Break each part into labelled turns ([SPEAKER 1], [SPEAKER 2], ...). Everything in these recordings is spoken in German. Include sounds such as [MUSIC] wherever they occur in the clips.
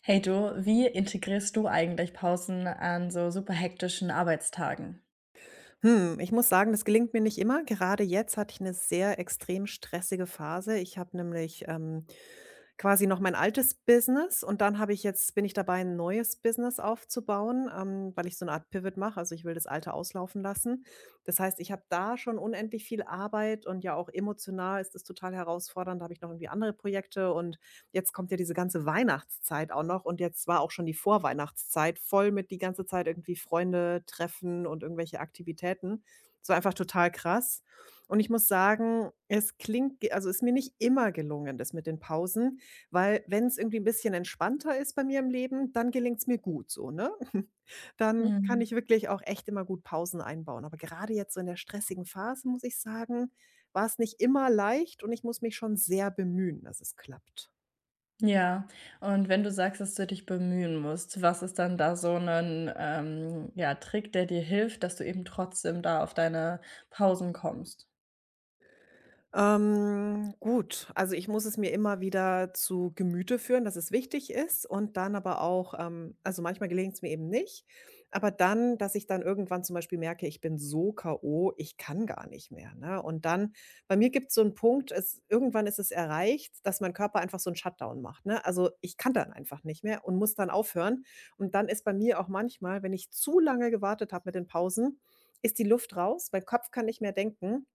[SPEAKER 1] Hey du, wie integrierst du eigentlich Pausen an so super hektischen Arbeitstagen?
[SPEAKER 2] Hm, ich muss sagen, das gelingt mir nicht immer. Gerade jetzt hatte ich eine sehr extrem stressige Phase. Ich habe nämlich quasi noch mein altes Business und dann habe ich jetzt bin ich dabei, ein neues Business aufzubauen, weil ich so eine Art Pivot mache. Also, ich will das alte auslaufen lassen. Das heißt, ich habe da schon unendlich viel Arbeit und ja auch emotional ist es total herausfordernd. Da habe ich noch irgendwie andere Projekte und jetzt kommt ja diese ganze Weihnachtszeit auch noch, und jetzt war auch schon die Vorweihnachtszeit voll mit die ganze Zeit irgendwie Freunde treffen und irgendwelche Aktivitäten. Es war einfach total krass. Und ich muss sagen, es klingt ge also, ist mir nicht immer gelungen, das mit den Pausen. Weil wenn es irgendwie 'n bisschen entspannter ist bei mir im Leben, dann gelingt's mir gut so, ne? Dann kann ich
[SPEAKER 1] Mhm.
[SPEAKER 2] wirklich auch echt immer gut Pausen einbauen. Aber gerade jetzt so in der stressigen Phase, muss ich sagen, war's nicht immer leicht, und ich muss mich schon sehr bemühen, dass es klappt.
[SPEAKER 1] Ja, und wenn du sagst, dass du dich bemühen musst, was ist dann da so ein ja, Trick, der dir hilft, dass du eben trotzdem da auf deine Pausen kommst?
[SPEAKER 2] Gut, also ich muss es mir immer wieder zu Gemüte führen, dass es wichtig ist, und dann aber auch. Also manchmal gelingt es mir eben nicht, aber dann, dass ich dann irgendwann zum Beispiel merke, ich bin so K.O., ich kann gar nicht mehr, ne? Und dann, bei mir gibt es so einen Punkt, es irgendwann ist es erreicht, dass mein Körper einfach so einen Shutdown macht, ne? Also, ich kann dann einfach nicht mehr und muss dann aufhören. Und dann ist bei mir auch manchmal, wenn ich zu lange gewartet habe mit den Pausen, ist die Luft raus, mein Kopf kann nicht mehr denken,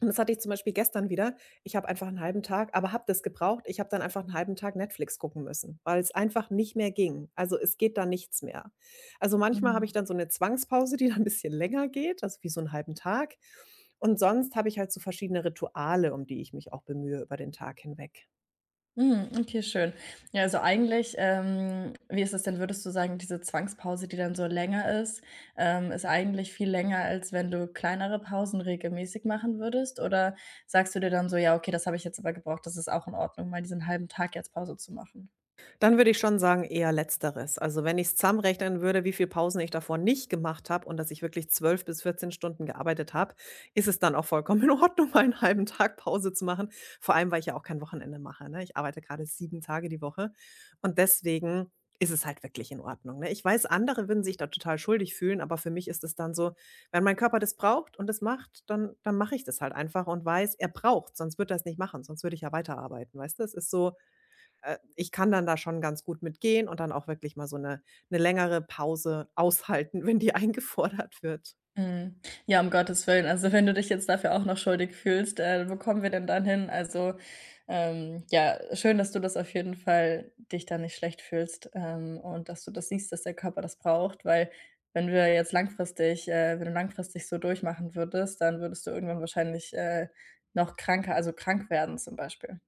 [SPEAKER 2] und das hatte ich zum Beispiel gestern wieder. Ich habe einfach einen halben Tag aber habe das gebraucht. Ich habe dann einfach einen halben Tag Netflix gucken müssen, weil es einfach nicht mehr ging. Also, es geht da nichts mehr. Also, manchmal habe
[SPEAKER 1] Mhm.
[SPEAKER 2] ich dann so eine Zwangspause, die dann 'n bisschen länger geht, also wie so einen halben Tag. Und sonst habe ich halt so verschiedene Rituale, um die ich mich auch bemühe über den Tag hinweg.
[SPEAKER 1] Mhm, okay, schön. Ja, also eigentlich, wie ist es denn, würdest du sagen, diese Zwangspause, die dann so länger ist, ist eigentlich viel länger, als wenn du kleinere Pausen regelmäßig machen würdest? Oder sagst du dir dann so: „Ja, okay, das habe ich jetzt aber gebraucht. Das ist auch in Ordnung, mal diesen halben Tag jetzt Pause zu machen?“
[SPEAKER 2] Dann würde ich schon sagen, eher letzteres. Also, wenn ich's zusammenrechnen würde, wie viel Pausen ich davor nicht gemacht habe und dass ich wirklich 12 bis 14 Stunden gearbeitet habe, ist es dann auch vollkommen in Ordnung, [LAUGHS] mal 'n 1 Tag Pause zu machen. Vor allem, weil ich ja auch kein Wochenende mache, ne? Ich arbeite gerade 7 Tage die Woche, und deswegen ist es halt wirklich in Ordnung, ne? Ich weiß, andere würden sich da total schuldig fühlen, aber für mich ist es dann so, wenn mein Körper das braucht und das macht, dann mache ich das halt einfach und weiß, er braucht, sonst würde er's nicht machen, sonst würde ich ja weiterarbeiten, weißt du? Es ist so. Ich kann dann da schon ganz gut mitgehen und dann auch wirklich mal so 'ne 'ne längere Pause aushalten, [LAUGHS] wenn die eingefordert wird.
[SPEAKER 1] Mhm. Ja, um Gottes Willen. Also, wenn du dich jetzt dafür auch noch schuldig fühlst, wo kommen wir denn dann hin? Also, ja, schön, dass du das auf jeden Fall dich da nicht schlecht fühlst, und dass du das siehst, dass der Körper das braucht, weil wenn wir jetzt langfristig wenn du langfristig so durchmachen würdest, dann würdest du irgendwann wahrscheinlich, noch kranker also krank werden zum Beispiel.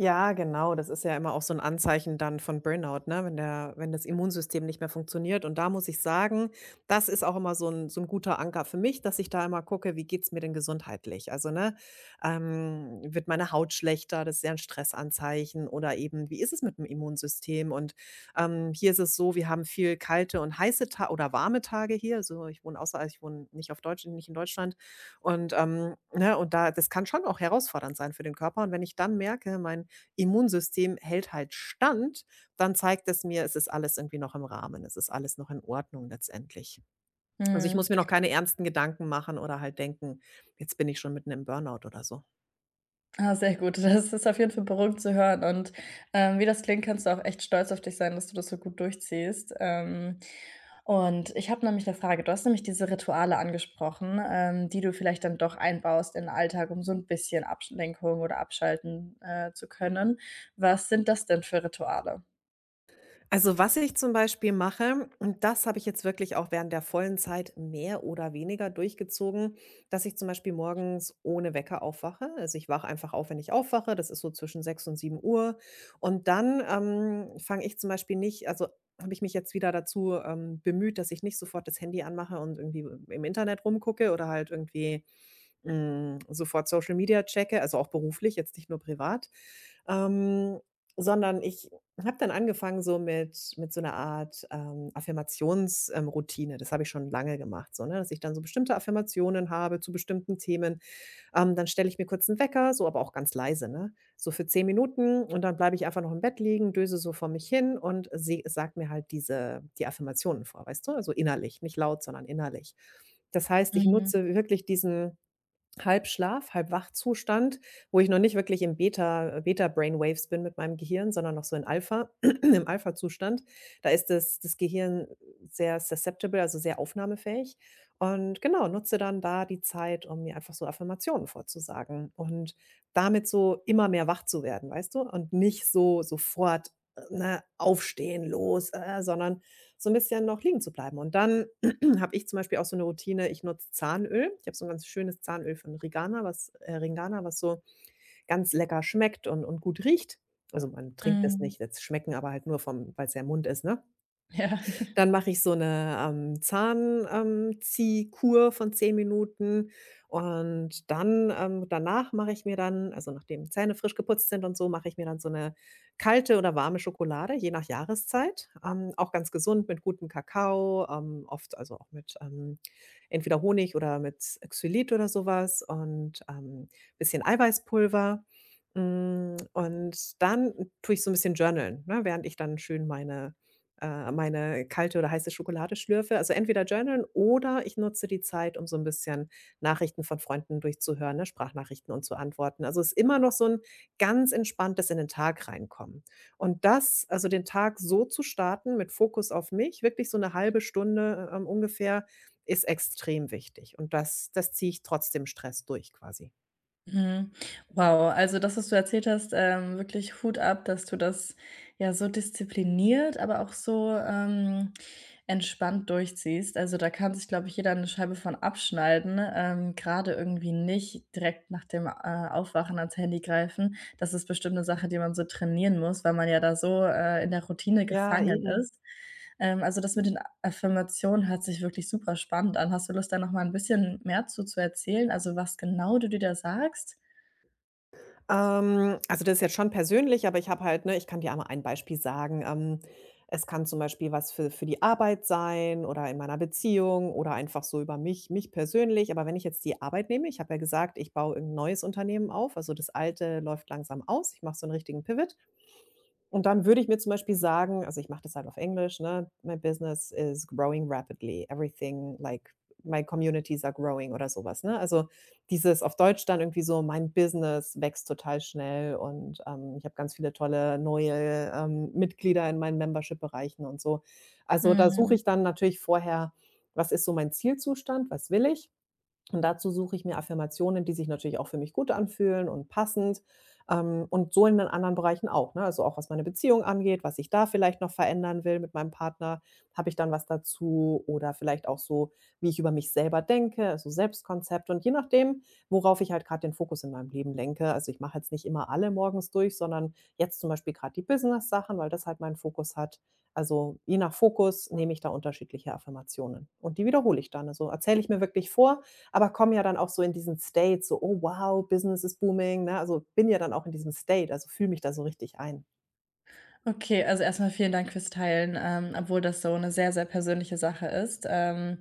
[SPEAKER 2] Ja, genau. Das ist ja immer auch so ein Anzeichen dann von Burnout, ne, wenn das Immunsystem nicht mehr funktioniert. Und da muss ich sagen, das ist auch immer so ein guter Anker für mich, dass ich da immer gucke: „Wie geht's mir denn gesundheitlich?“ Also, ne, wird meine Haut schlechter? Das ist ja ein Stressanzeichen. Oder eben, wie ist es mit dem Immunsystem? Und hier ist es so, wir haben viel kalte und heiße Ta oder warme Tage hier. So, ich wohne außer also, ich wohne nicht auf Deutsch nicht in Deutschland. Und ne, und da, das kann schon auch herausfordernd sein für den Körper. Und wenn ich dann merke, mein Immunsystem hält halt stand, dann zeigt es mir, es ist alles irgendwie noch im Rahmen, es ist alles noch in Ordnung letztendlich. Also, ich
[SPEAKER 1] Mhm.
[SPEAKER 2] muss mir noch keine ernsten Gedanken machen oder halt denken: „Jetzt bin ich schon mitten im Burnout“ oder so.
[SPEAKER 1] Ah, sehr gut. Das ist auf jeden Fall beruhigend zu hören und, wie das klingt, kannst du auch echt stolz auf dich sein, dass du das so gut durchziehst. Und ich habe nämlich 'ne Frage. Du hast nämlich diese Rituale angesprochen, die du vielleicht dann doch einbaust in den Alltag, um so ein bisschen Ablenkung oder abschalten, zu können. Was sind das denn für Rituale?
[SPEAKER 2] Also, was ich zum Beispiel mache, und das habe ich jetzt wirklich auch während der vollen Zeit mehr oder weniger durchgezogen, dass ich zum Beispiel morgens ohne Wecker aufwache. Also ich wache einfach auf, wenn ich aufwache. Das ist so zwischen 6 und 7 Uhr. Und dann fange ich zum Beispiel nicht, also habe ich mich jetzt wieder dazu bemüht, dass ich nicht sofort das Handy anmache und irgendwie im Internet rumgucke oder halt irgendwie sofort Social Media checke, also auch beruflich, jetzt nicht nur privat ähm, sondern ich habe dann angefangen so mit so einer Art Affirmations- Routine. Das habe ich schon lange gemacht so, ne, dass ich dann so bestimmte Affirmationen habe zu bestimmten Themen. Dann stelle ich mir kurz 'n Wecker, so, aber auch ganz leise, ne? So für 10 Minuten, und dann bleibe ich einfach noch im Bett liegen, döse so vor mich hin und se sage mir halt die Affirmationen vor, weißt du? Also innerlich, nicht laut, sondern innerlich. Das heißt, ich
[SPEAKER 1] Mhm,
[SPEAKER 2] nutze wirklich diesen Halbschlaf, Halbwachzustand, wo ich noch nicht wirklich im Beta Brainwaves bin mit meinem Gehirn, sondern noch so in Alpha [CLEARS THROAT] im Alpha Zustand. Da ist das Gehirn sehr susceptible, also sehr aufnahmefähig. Und genau, nutze dann da die Zeit, um mir einfach so Affirmationen vorzusagen und damit so immer mehr wach zu werden, weißt du? Und nicht so sofort, ne, aufstehen, los, sondern so ein bisschen noch liegen zu bleiben. Und dann [CLEARS THROAT] habe ich zum Beispiel auch so eine Routine, ich nutze Zahnöl. Ich habe so ein ganz schönes Zahnöl von Regana, was Ringana, was so ganz lecker schmeckt und gut riecht. Also, man trinkt das
[SPEAKER 1] mhm.
[SPEAKER 2] nicht, jetzt schmecken, aber halt nur vom, weil's ja im Mund ist, ne?
[SPEAKER 1] [LAUGHS] Ja.
[SPEAKER 2] Dann mache ich so 'ne Zahn- Ziehkur von 10 Minuten, und dann danach mache ich mir dann, also nachdem Zähne frisch geputzt sind und so, mache ich mir dann so 'ne kalte oder warme Schokolade, je nach Jahreszeit, auch ganz gesund mit gutem Kakao, oft, also auch mit entweder Honig oder mit Xylit oder so was und bisschen Eiweißpulver. Hm, und dann tue ich so 'n bisschen journalen, ne, während ich dann schön meine kalte oder heiße Schokolade schlürfe. Also entweder journalen oder ich nutze die Zeit, um so ein bisschen Nachrichten von Freunden durchzuhören, ne, Sprachnachrichten, und zu antworten. Also, es ist immer noch so ein ganz entspanntes in den Tag reinkommen. Und das, also den Tag so zu starten mit Fokus auf mich, wirklich so eine halbe Stunde ungefähr, ist extrem wichtig. Und das ziehe ich trotzdem Stress durch quasi.
[SPEAKER 1] Mhm. Wow, also das, was du erzählt hast, wirklich Hut ab, dass du das ja so diszipliniert, aber auch so, entspannt durchziehst. Also, da kann sich, glaube ich, jeder eine Scheibe von abschneiden, grade irgendwie nicht direkt nach dem, Aufwachen ans Handy greifen. Das ist bestimmt eine Sache, die man so trainieren muss, weil man ja da so, in der Routine
[SPEAKER 2] Ja,
[SPEAKER 1] gefangen
[SPEAKER 2] eben.
[SPEAKER 1] ist. Also, das mit den Affirmationen hört sich wirklich super spannend an. Hast du Lust, da noch mal ein bisschen mehr zu erzählen? Also, was genau du dir da sagst?
[SPEAKER 2] Also, das ist jetzt schon persönlich, aber ich habe halt, ne, ich kann dir einmal ein Beispiel sagen. Es kann zum Beispiel was für die Arbeit sein oder in meiner Beziehung oder einfach so über mich persönlich. Aber wenn ich jetzt die Arbeit nehme, ich habe ja gesagt, ich baue ein neues Unternehmen auf. Also, das alte läuft langsam aus. Ich mache so einen richtigen Pivot. Und dann würde ich mir zum Beispiel sagen, also, ich mache das halt auf Englisch, ne? „My business is growing rapidly. Everything like my communities are growing“ oder sowas, ne? Also, dieses auf Deutsch dann irgendwie so: „Mein Business wächst total schnell, und ich habe ganz viele tolle neue Mitglieder in meinen Membership-Bereichen“ und so. Also, da suche
[SPEAKER 1] Mhm.
[SPEAKER 2] ich dann natürlich vorher: Was ist so mein Zielzustand? Was will ich? Und dazu suche ich mir Affirmationen, die sich natürlich auch für mich gut anfühlen und passend. Und so in den anderen Bereichen auch, ne? Also, auch was meine Beziehung angeht, was ich da vielleicht noch verändern will mit meinem Partner, habe ich dann was dazu, oder vielleicht auch so, wie ich über mich selber denke, also Selbstkonzept, und je nachdem, worauf ich halt gerade den Fokus in meinem Leben lenke. Also, ich mache jetzt nicht immer alle morgens durch, sondern jetzt zum Beispiel gerade die Business-Sachen, weil das halt meinen Fokus hat. Also, je nach Fokus nehme ich da unterschiedliche Affirmationen, und die wiederhole ich dann. Also, erzähle ich mir wirklich vor, aber komme ja dann auch so in diesen State, so: „Oh wow, Business is booming“, ne? Also, bin ja dann auch in diesem State, also, fühle mich da so richtig ein.
[SPEAKER 1] Okay, also erstmal vielen Dank fürs Teilen, obwohl das so eine sehr, sehr persönliche Sache ist.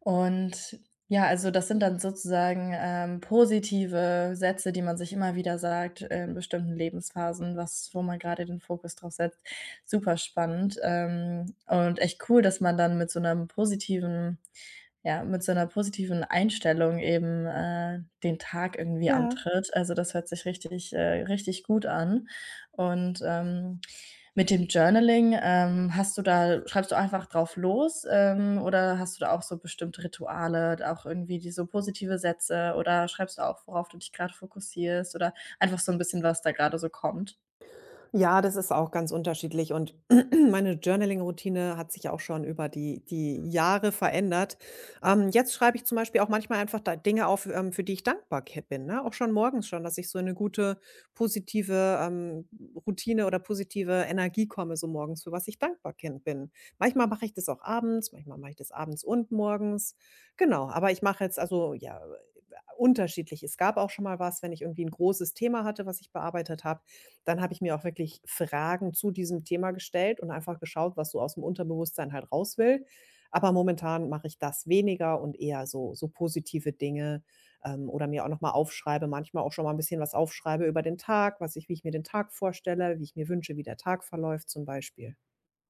[SPEAKER 1] Und ja, also das sind dann sozusagen, positive Sätze, die man sich immer wieder sagt in bestimmten Lebensphasen, was wo man gerade den Fokus drauf setzt. Superspannend, und echt cool, dass man dann mit so einem positiven ja, mit so einer positiven Einstellung eben, den Tag irgendwie
[SPEAKER 2] Ja.
[SPEAKER 1] antritt. Also, das hört sich richtig, richtig gut an. Und, mit dem Journaling, hast du da schreibst du einfach drauf los, oder hast du da auch so bestimmte Rituale, auch irgendwie die so positive Sätze oder schreibst du auch worauf du dich gerade fokussierst oder einfach so ein bisschen, was da gerade so kommt?
[SPEAKER 2] Ja, das ist auch ganz unterschiedlich, und [CLEARS THROAT] meine Journaling-Routine hat sich auch schon über die Jahre verändert. Jetzt schreibe ich zum Beispiel auch manchmal einfach da Dinge auf, für die ich dankbar ke bin, ne? Auch schon morgens schon, dass ich so in 'ne gute positive Routine oder positive Energie komme so morgens, für was ich dankbar kind bin. Manchmal mache ich das auch abends, manchmal mache ich das abends und morgens. Genau, aber ich mache jetzt also, ja, unterschiedlich. Es gab auch schon mal was, wenn ich irgendwie ein großes Thema hatte, was ich bearbeitet habe, dann habe ich mir auch wirklich Fragen zu diesem Thema gestellt und einfach geschaut, was so aus dem Unterbewusstsein halt raus will. Aber momentan mache ich das weniger und eher so positive Dinge, oder mir auch noch mal aufschreibe, manchmal auch schon mal ein bisschen was aufschreibe über den Tag, was ich, wie ich mir den Tag vorstelle, wie ich mir wünsche, wie der Tag verläuft zum Beispiel.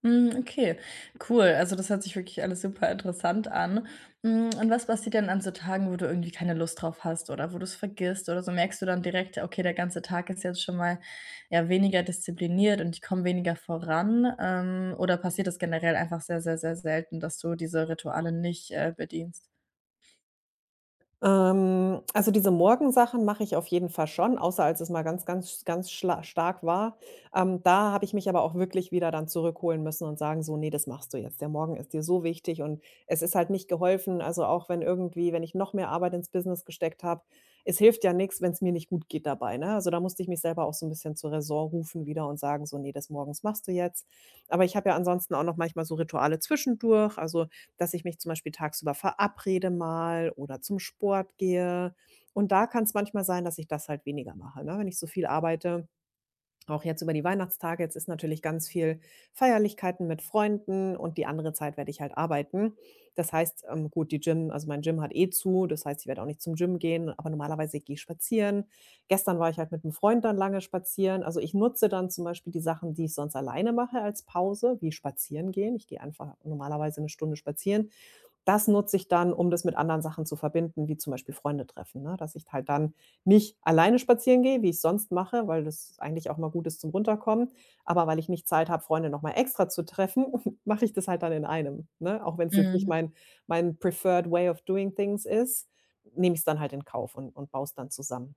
[SPEAKER 1] Hm, okay, cool. Also, das hört sich wirklich alles super interessant an. Hm, und was passiert denn an so Tagen, wo du irgendwie keine Lust drauf hast oder wo du es vergisst oder so? Merkst du dann direkt: „Okay, der ganze Tag ist jetzt schon mal, ja, weniger diszipliniert und ich komme weniger voran“, oder passiert das generell einfach sehr, sehr, sehr selten, dass du diese Rituale nicht, bedienst?
[SPEAKER 2] Also diese Morgensachen mache ich auf jeden Fall schon, außer als es mal ganz, ganz, ganz schla stark war. Da habe ich mich aber auch wirklich wieder dann zurückholen müssen und sagen so: „Nee, das machst du jetzt. Der Morgen ist dir so wichtig.“ Und es ist halt nicht geholfen. Also, auch wenn irgendwie, wenn ich noch mehr Arbeit ins Business gesteckt habe, es hilft ja nichts, wenn es mir nicht gut geht dabei, ne? Also, da musste ich mich selber auch so ein bisschen zur Raison rufen wieder und sagen so: „Nee, das morgens machst du jetzt.“ Aber ich habe ja ansonsten auch noch manchmal so Rituale zwischendurch. Also, dass ich mich zum Beispiel tagsüber verabrede mal oder zum Sport gehe. Und da kann es manchmal sein, dass ich das halt weniger mache, ne? Wenn ich so viel arbeite, auch jetzt über die Weihnachtstage, jetzt ist natürlich ganz viel Feierlichkeiten mit Freunden und die andere Zeit werde ich halt arbeiten. Das heißt, gut, die Gym, also mein Gym hat eh zu, das heißt, ich werde auch nicht zum Gym gehen, aber normalerweise gehe ich spazieren. Gestern war ich halt mit einem Freund dann lange spazieren. Also, ich nutze dann zum Beispiel die Sachen, die ich sonst alleine mache, als Pause, wie spazieren gehen. Ich gehe einfach normalerweise eine Stunde spazieren, das nutze ich dann, um das mit anderen Sachen zu verbinden, wie zum Beispiel Freunde treffen, ne? Dass ich halt dann nicht alleine spazieren gehe, wie ich sonst mache, weil das eigentlich auch mal gut ist zum Runterkommen. Aber weil ich nicht Zeit habe, Freunde nochmal extra zu treffen, [LAUGHS] mache ich das halt dann in einem, ne? Auch wenn es jetzt nicht
[SPEAKER 1] Mhm.
[SPEAKER 2] mein preferred way of doing things ist, nehme ich es dann halt in Kauf und baue's dann zusammen.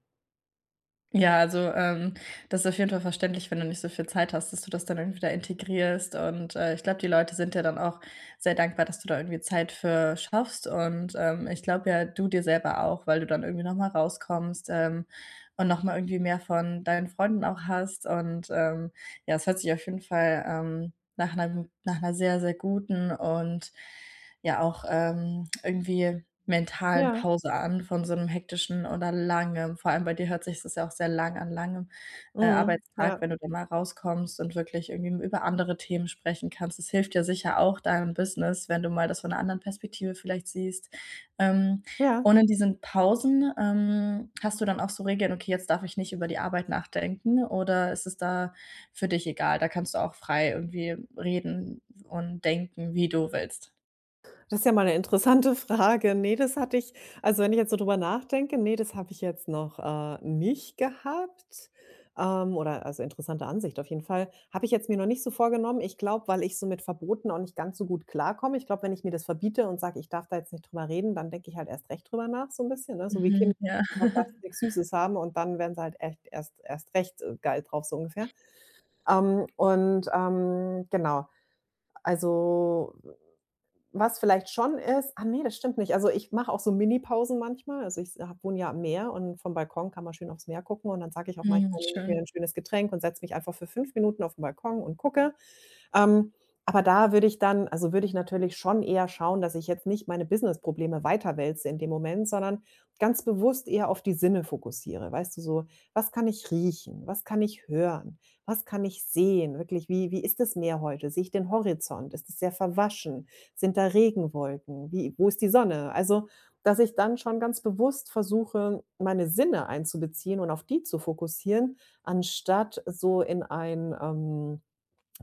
[SPEAKER 1] Ja, also, das ist auf jeden Fall verständlich, wenn du nicht so viel Zeit hast, dass du das dann irgendwie da integrierst und, ich glaube, die Leute sind ja dann auch sehr dankbar, dass du da irgendwie Zeit für schaffst und, ich glaube ja, du dir selber auch, weil du dann irgendwie noch mal rauskommst, und noch mal irgendwie mehr von deinen Freunden auch hast und, ja, es hört sich auf jeden Fall, nach einer nach 'ner sehr, sehr guten und ja auch, irgendwie mentalen
[SPEAKER 2] Ja,
[SPEAKER 1] Pause an von so 'nem hektischen oder langem vor allem bei dir hört sich das ja auch sehr lang an langem,
[SPEAKER 2] mhm, ja,
[SPEAKER 1] Arbeitstag, wenn du da mal rauskommst und wirklich irgendwie über andere Themen sprechen kannst. Das hilft dir sicher auch deinem Business, wenn du mal das von 'ner anderen Perspektive vielleicht siehst. Ähm,
[SPEAKER 2] ja.
[SPEAKER 1] und in diesen Pausen, hast du dann auch so Regeln: „Okay, jetzt darf ich nicht über die Arbeit nachdenken“, oder ist es da für dich egal? Da kannst du auch frei irgendwie reden und denken, wie du willst.
[SPEAKER 2] Das ist ja mal eine interessante [LAUGHS] Frage. Ne, das hatte ich also, wenn ich jetzt so drüber nachdenke, nee, das habe ich jetzt noch, nicht gehabt, oder also, interessante Ansicht auf jeden Fall. Habe ich jetzt mir noch nicht so vorgenommen. Ich glaube, weil ich so mit Verboten auch nicht ganz so gut klarkomme. Ich glaube, wenn ich mir das verbiete und sage: „Ich darf da jetzt nicht drüber reden“, dann denke ich halt erst recht drüber nach, so ein bisschen, ne? So wie Kinder,
[SPEAKER 1] Mhm. Ja.
[SPEAKER 2] die sagen: „Darfst
[SPEAKER 1] [LAUGHS]
[SPEAKER 2] nix Süßes haben“, und dann werden sie halt echt erst recht, geil drauf, so ungefähr. Genau, also was vielleicht schon ist ah, nee, das stimmt nicht. Also, ich mache auch so Mini-Pausen manchmal. Also, ich s wohne ja am Meer und vom Balkon kann man schön aufs Meer gucken, und dann sage ich auch
[SPEAKER 1] Mhm,
[SPEAKER 2] manchmal, nehme ich mir
[SPEAKER 1] schön.
[SPEAKER 2] ein schönes Getränk und setze mich einfach für 5 Minuten auf den Balkon und gucke. Ähm, aber da würde ich dann, also, würde ich natürlich schon eher schauen, dass ich jetzt nicht meine Business-Probleme weiterwälze in dem Moment, sondern ganz bewusst eher auf die Sinne fokussiere. Weißt du, so: Was kann ich riechen? Was kann ich hören? Was kann ich sehen? Wirklich, wie ist das Meer heute? Sehe ich den Horizont? Ist es sehr verwaschen? Sind da Regenwolken? Wie, wo ist die Sonne? Also, dass ich dann schon ganz bewusst versuche, meine Sinne einzubeziehen und auf die zu fokussieren, anstatt so in ein,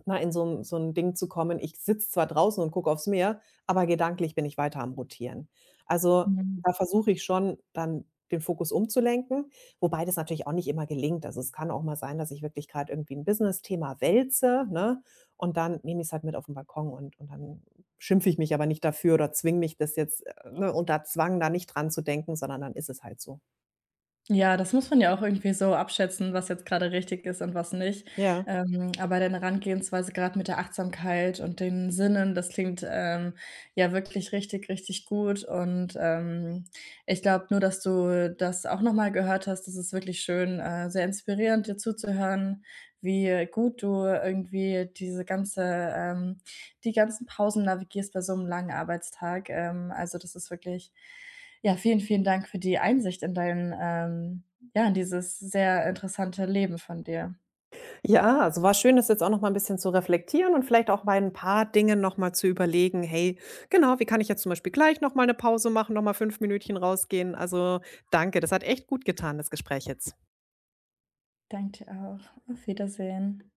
[SPEAKER 2] mal in so 'n Ding zu kommen, ich sitze zwar draußen und gucke aufs Meer, aber gedanklich bin ich weiter am Rotieren. Also,
[SPEAKER 1] Mhm.
[SPEAKER 2] da versuche ich schon dann den Fokus umzulenken, wobei das natürlich auch nicht immer gelingt. Also, es kann auch mal sein, dass ich wirklich grad irgendwie 'n Business-Thema wälze, ne, und dann nehme ich's halt mit auf 'n Balkon und dann schimpfe ich mich aber nicht dafür oder zwinge mich, das jetzt, ne, unter Zwang da nicht dran zu denken, sondern dann ist es halt so.
[SPEAKER 1] Ja, das muss man ja auch irgendwie so abschätzen, was jetzt gerade richtig ist und was nicht.
[SPEAKER 2] Ja.
[SPEAKER 1] Aber deine Herangehensweise gerade mit der Achtsamkeit und den Sinnen, das klingt, ja wirklich richtig, richtig gut und, ich glaube nur, dass du das auch noch mal gehört hast. Das ist wirklich schön, sehr inspirierend, dir zuzuhören, wie gut du irgendwie diese ganze, ähm, die ganzen Pausen navigierst bei so einem langen Arbeitstag. Also, das ist wirklich ja, vielen, vielen Dank für die Einsicht in dein, ja, in dieses sehr interessante Leben von dir.
[SPEAKER 2] Ja, also, war schön, das jetzt auch noch mal ein bisschen zu reflektieren und vielleicht auch bei ein paar Dingen noch mal zu überlegen: „Hey, genau, wie kann ich jetzt zum Beispiel gleich noch mal eine Pause machen, noch mal 5 Minütchen rausgehen?“ Also, danke, das hat echt gut getan, das Gespräch jetzt.
[SPEAKER 1] Danke dir auch. Auf Wiedersehen.